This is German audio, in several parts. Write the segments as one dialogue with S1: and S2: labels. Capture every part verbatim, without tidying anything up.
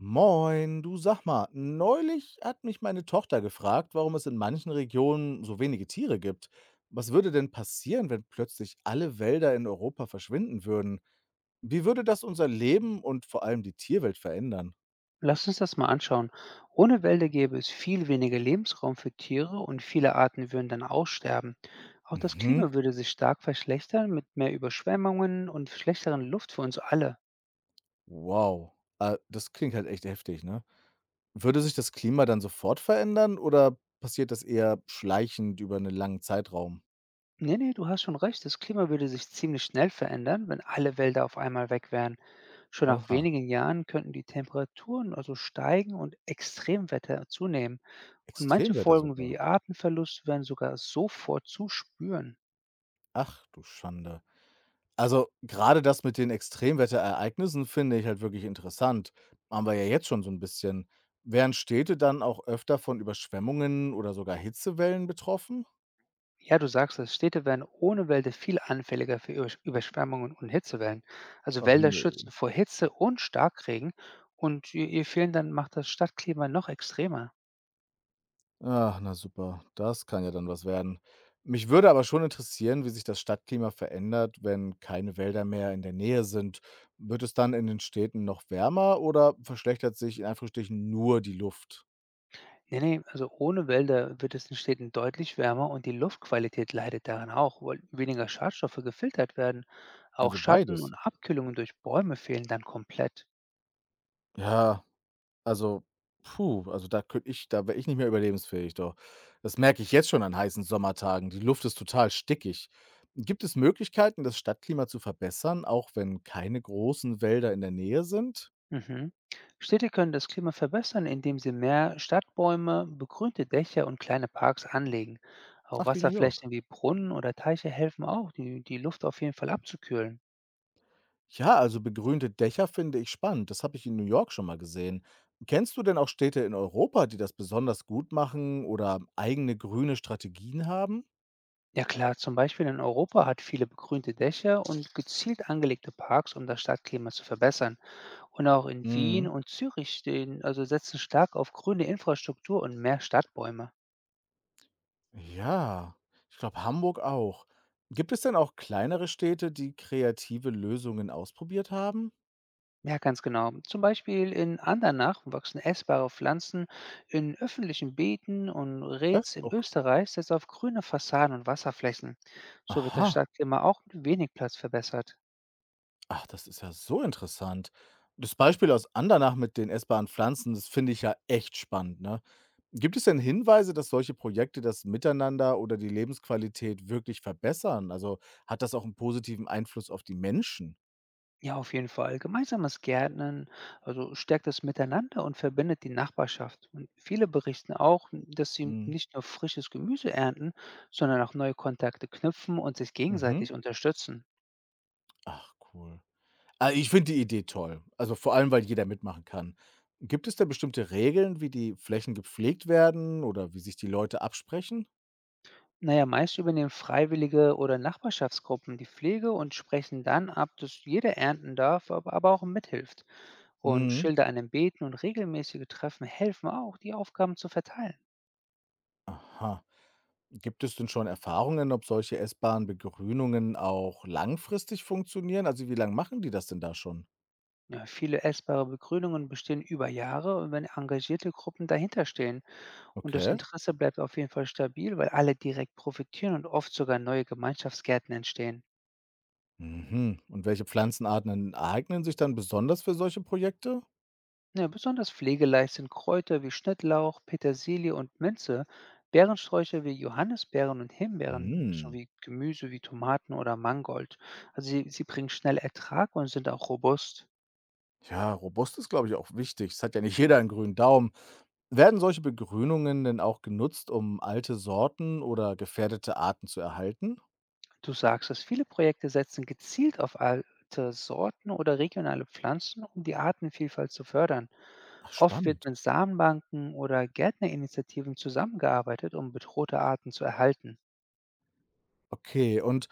S1: Moin, du, sag mal, neulich hat mich meine Tochter gefragt, warum es in manchen Regionen so wenige Tiere gibt. Was würde denn passieren, wenn plötzlich alle Wälder in Europa verschwinden würden? Wie würde das unser Leben und vor allem die Tierwelt verändern?
S2: Lass uns das mal anschauen. Ohne Wälder gäbe es viel weniger Lebensraum für Tiere und viele Arten würden dann aussterben. Auch das
S1: Mhm.
S2: Klima würde sich stark verschlechtern mit mehr Überschwemmungen und schlechteren Luft für uns alle.
S1: Wow. Äh, das klingt halt echt heftig, ne? Würde sich das Klima dann sofort verändern oder passiert das eher schleichend über einen langen Zeitraum?
S2: Nee, nee, du hast schon recht. Das Klima würde sich ziemlich schnell verändern, wenn alle Wälder auf einmal weg wären. Schon nach
S1: Aha.
S2: wenigen Jahren könnten die Temperaturen also steigen und Extremwetter zunehmen. Und manche
S1: Extremwetter
S2: Folgen
S1: sogar.
S2: wie Artenverlust wären sogar sofort zu spüren.
S1: Ach du Schande. Also, gerade das mit den Extremwetterereignissen finde ich halt wirklich interessant. Haben wir ja jetzt schon so ein bisschen. Wären Städte dann auch öfter von Überschwemmungen oder sogar Hitzewellen betroffen?
S2: Ja, du sagst es, Städte werden ohne Wälder viel anfälliger für Übersch- Überschwemmungen und Hitzewellen. Also
S1: Ach
S2: Wälder
S1: nö.
S2: schützen vor Hitze und Starkregen und ihr, ihr Fehlen dann macht das Stadtklima noch extremer.
S1: Ach, na super, das kann ja dann was werden. Mich würde aber schon interessieren, wie sich das Stadtklima verändert, wenn keine Wälder mehr in der Nähe sind. Wird es dann in den Städten noch wärmer oder verschlechtert sich in Anführungsstrichen nur die Luft?
S2: Nee, nee, also ohne Wälder wird es in Städten deutlich wärmer und die Luftqualität leidet daran auch, weil weniger Schadstoffe gefiltert werden. Auch
S1: Also,
S2: Schatten
S1: beides.
S2: und Abkühlungen durch Bäume fehlen dann komplett.
S1: Ja. Also, puh, also da könnte ich, da wäre ich nicht mehr überlebensfähig, doch. Das merke ich jetzt schon an heißen Sommertagen. Die Luft ist total stickig. Gibt es Möglichkeiten, das Stadtklima zu verbessern, auch wenn keine großen Wälder in der Nähe sind?
S2: Mhm. Städte können das Klima verbessern, indem sie mehr Stadtbäume, begrünte Dächer und kleine Parks anlegen. Auch
S1: Ach, wie New York.
S2: Wasserflächen wie Brunnen oder Teiche helfen auch, die, die Luft auf jeden Fall abzukühlen.
S1: Ja, also begrünte Dächer finde ich spannend. Das habe ich in New York schon mal gesehen. Kennst du denn auch Städte in Europa, die das besonders gut machen oder eigene grüne Strategien haben?
S2: Ja klar, zum Beispiel in Europa hat viele begrünte Dächer und gezielt angelegte Parks, um das Stadtklima zu verbessern. Und auch in Wien
S1: Mhm.
S2: und Zürich stehen, also setzen stark auf grüne Infrastruktur und mehr Stadtbäume.
S1: Ja, ich glaube Hamburg auch. Gibt es denn auch kleinere Städte, die kreative Lösungen ausprobiert haben?
S2: Ja, ganz genau. Zum Beispiel in Andernach wachsen essbare Pflanzen in öffentlichen Beeten und
S1: Was?
S2: Reetz in
S1: Ok,
S2: Österreich setzt auf grüne Fassaden und Wasserflächen. So wird das
S1: aha,
S2: Stadtklima auch mit wenig Platz verbessert.
S1: ach, das ist ja so interessant. Das Beispiel aus Andernach mit den essbaren Pflanzen, das finde ich ja echt spannend, ne? Gibt es denn Hinweise, dass solche Projekte das Miteinander oder die Lebensqualität wirklich verbessern? Also, hat das auch einen positiven Einfluss auf die Menschen?
S2: Ja, auf jeden Fall. Gemeinsames Gärtnern, also stärkt das Miteinander und verbindet die Nachbarschaft. Und viele berichten auch, dass sie
S1: Mhm.
S2: nicht nur frisches Gemüse ernten, sondern auch neue Kontakte knüpfen und sich
S1: Mhm.
S2: gegenseitig unterstützen.
S1: Ach cool. Ah, ich finde die Idee toll. Also, vor allem, weil jeder mitmachen kann. Gibt es da bestimmte Regeln, wie die Flächen gepflegt werden oder wie sich die Leute absprechen?
S2: Na ja, meist übernehmen Freiwillige oder Nachbarschaftsgruppen die Pflege und sprechen dann ab, dass jeder ernten darf, ab- aber auch mithilft. Und
S1: Mhm.
S2: Schilder an den Beeten und regelmäßige Treffen helfen auch, die Aufgaben zu verteilen.
S1: Aha. Gibt es denn schon Erfahrungen, ob solche essbaren Begrünungen auch langfristig funktionieren? Also, wie lange machen die das denn da schon?
S2: Ja, viele essbare Begrünungen bestehen über Jahre, wenn engagierte Gruppen dahinter stehen. Und das
S1: Okay.
S2: Interesse bleibt auf jeden Fall stabil, weil alle direkt profitieren und oft sogar neue Gemeinschaftsgärten entstehen.
S1: Mhm. Und welche Pflanzenarten eignen sich dann besonders für solche Projekte?
S2: Ja, besonders pflegeleicht sind Kräuter wie Schnittlauch, Petersilie und Minze, Beerensträucher wie Johannisbeeren und Himbeeren
S1: Mhm.
S2: sowie Gemüse wie Tomaten oder Mangold. Also sie, sie bringen schnell Ertrag und sind auch robust.
S1: Ja, robust ist, glaube ich, auch wichtig. Es hat ja nicht jeder einen grünen Daumen. Werden solche Begrünungen denn auch genutzt, um alte Sorten oder gefährdete Arten zu erhalten?
S2: Du sagst dass viele Projekte setzen gezielt auf alte Sorten oder regionale Pflanzen, um die Artenvielfalt zu fördern.
S1: Ach,
S2: Oft wird
S1: spannend.
S2: mit Samenbanken oder Gärtnerinitiativen zusammengearbeitet, um bedrohte Arten zu erhalten.
S1: Okay, und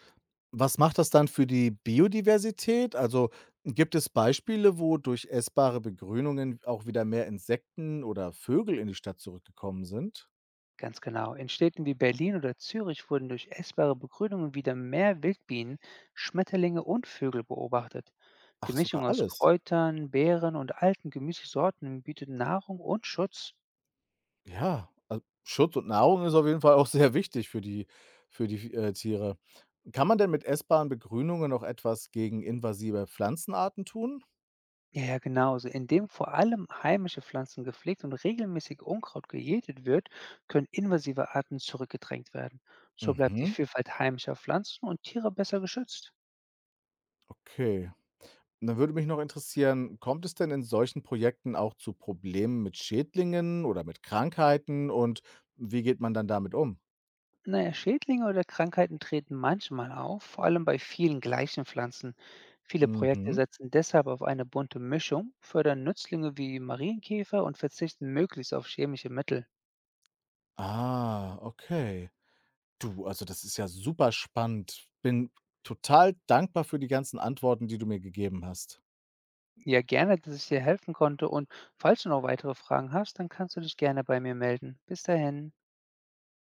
S1: was macht das dann für die Biodiversität? Also gibt es Beispiele, wo durch essbare Begrünungen auch wieder mehr Insekten oder Vögel in die Stadt zurückgekommen sind?
S2: Ganz genau. In Städten wie Berlin oder Zürich wurden durch essbare Begrünungen wieder mehr Wildbienen, Schmetterlinge und Vögel beobachtet. Die
S1: Ach, sogar
S2: Mischung aus
S1: alles.
S2: Kräutern, Beeren und alten Gemüsesorten bietet Nahrung und Schutz.
S1: Ja, also Schutz und Nahrung ist auf jeden Fall auch sehr wichtig für die, für die äh, Tiere. Kann man denn mit essbaren Begrünungen noch etwas gegen invasive Pflanzenarten tun?
S2: Ja, ja, genauso. Indem vor allem heimische Pflanzen gepflegt und regelmäßig Unkraut gejätet wird, können invasive Arten zurückgedrängt werden. So bleibt die
S1: Mhm.
S2: Vielfalt heimischer Pflanzen und Tiere besser geschützt.
S1: Okay. Und dann würde mich noch interessieren, kommt es denn in solchen Projekten auch zu Problemen mit Schädlingen oder mit Krankheiten und wie geht man dann damit um?
S2: Naja, Schädlinge oder Krankheiten treten manchmal auf, vor allem bei vielen gleichen Pflanzen. Viele Projekte
S1: Mhm.
S2: setzen deshalb auf eine bunte Mischung, fördern Nützlinge wie Marienkäfer und verzichten möglichst auf chemische Mittel.
S1: Ah, okay. Du, also das ist ja super spannend. Bin total dankbar für die ganzen Antworten, die du mir gegeben hast.
S2: Ja, gerne, dass ich dir helfen konnte und falls du noch weitere Fragen hast, dann kannst du dich gerne bei mir melden. Bis dahin.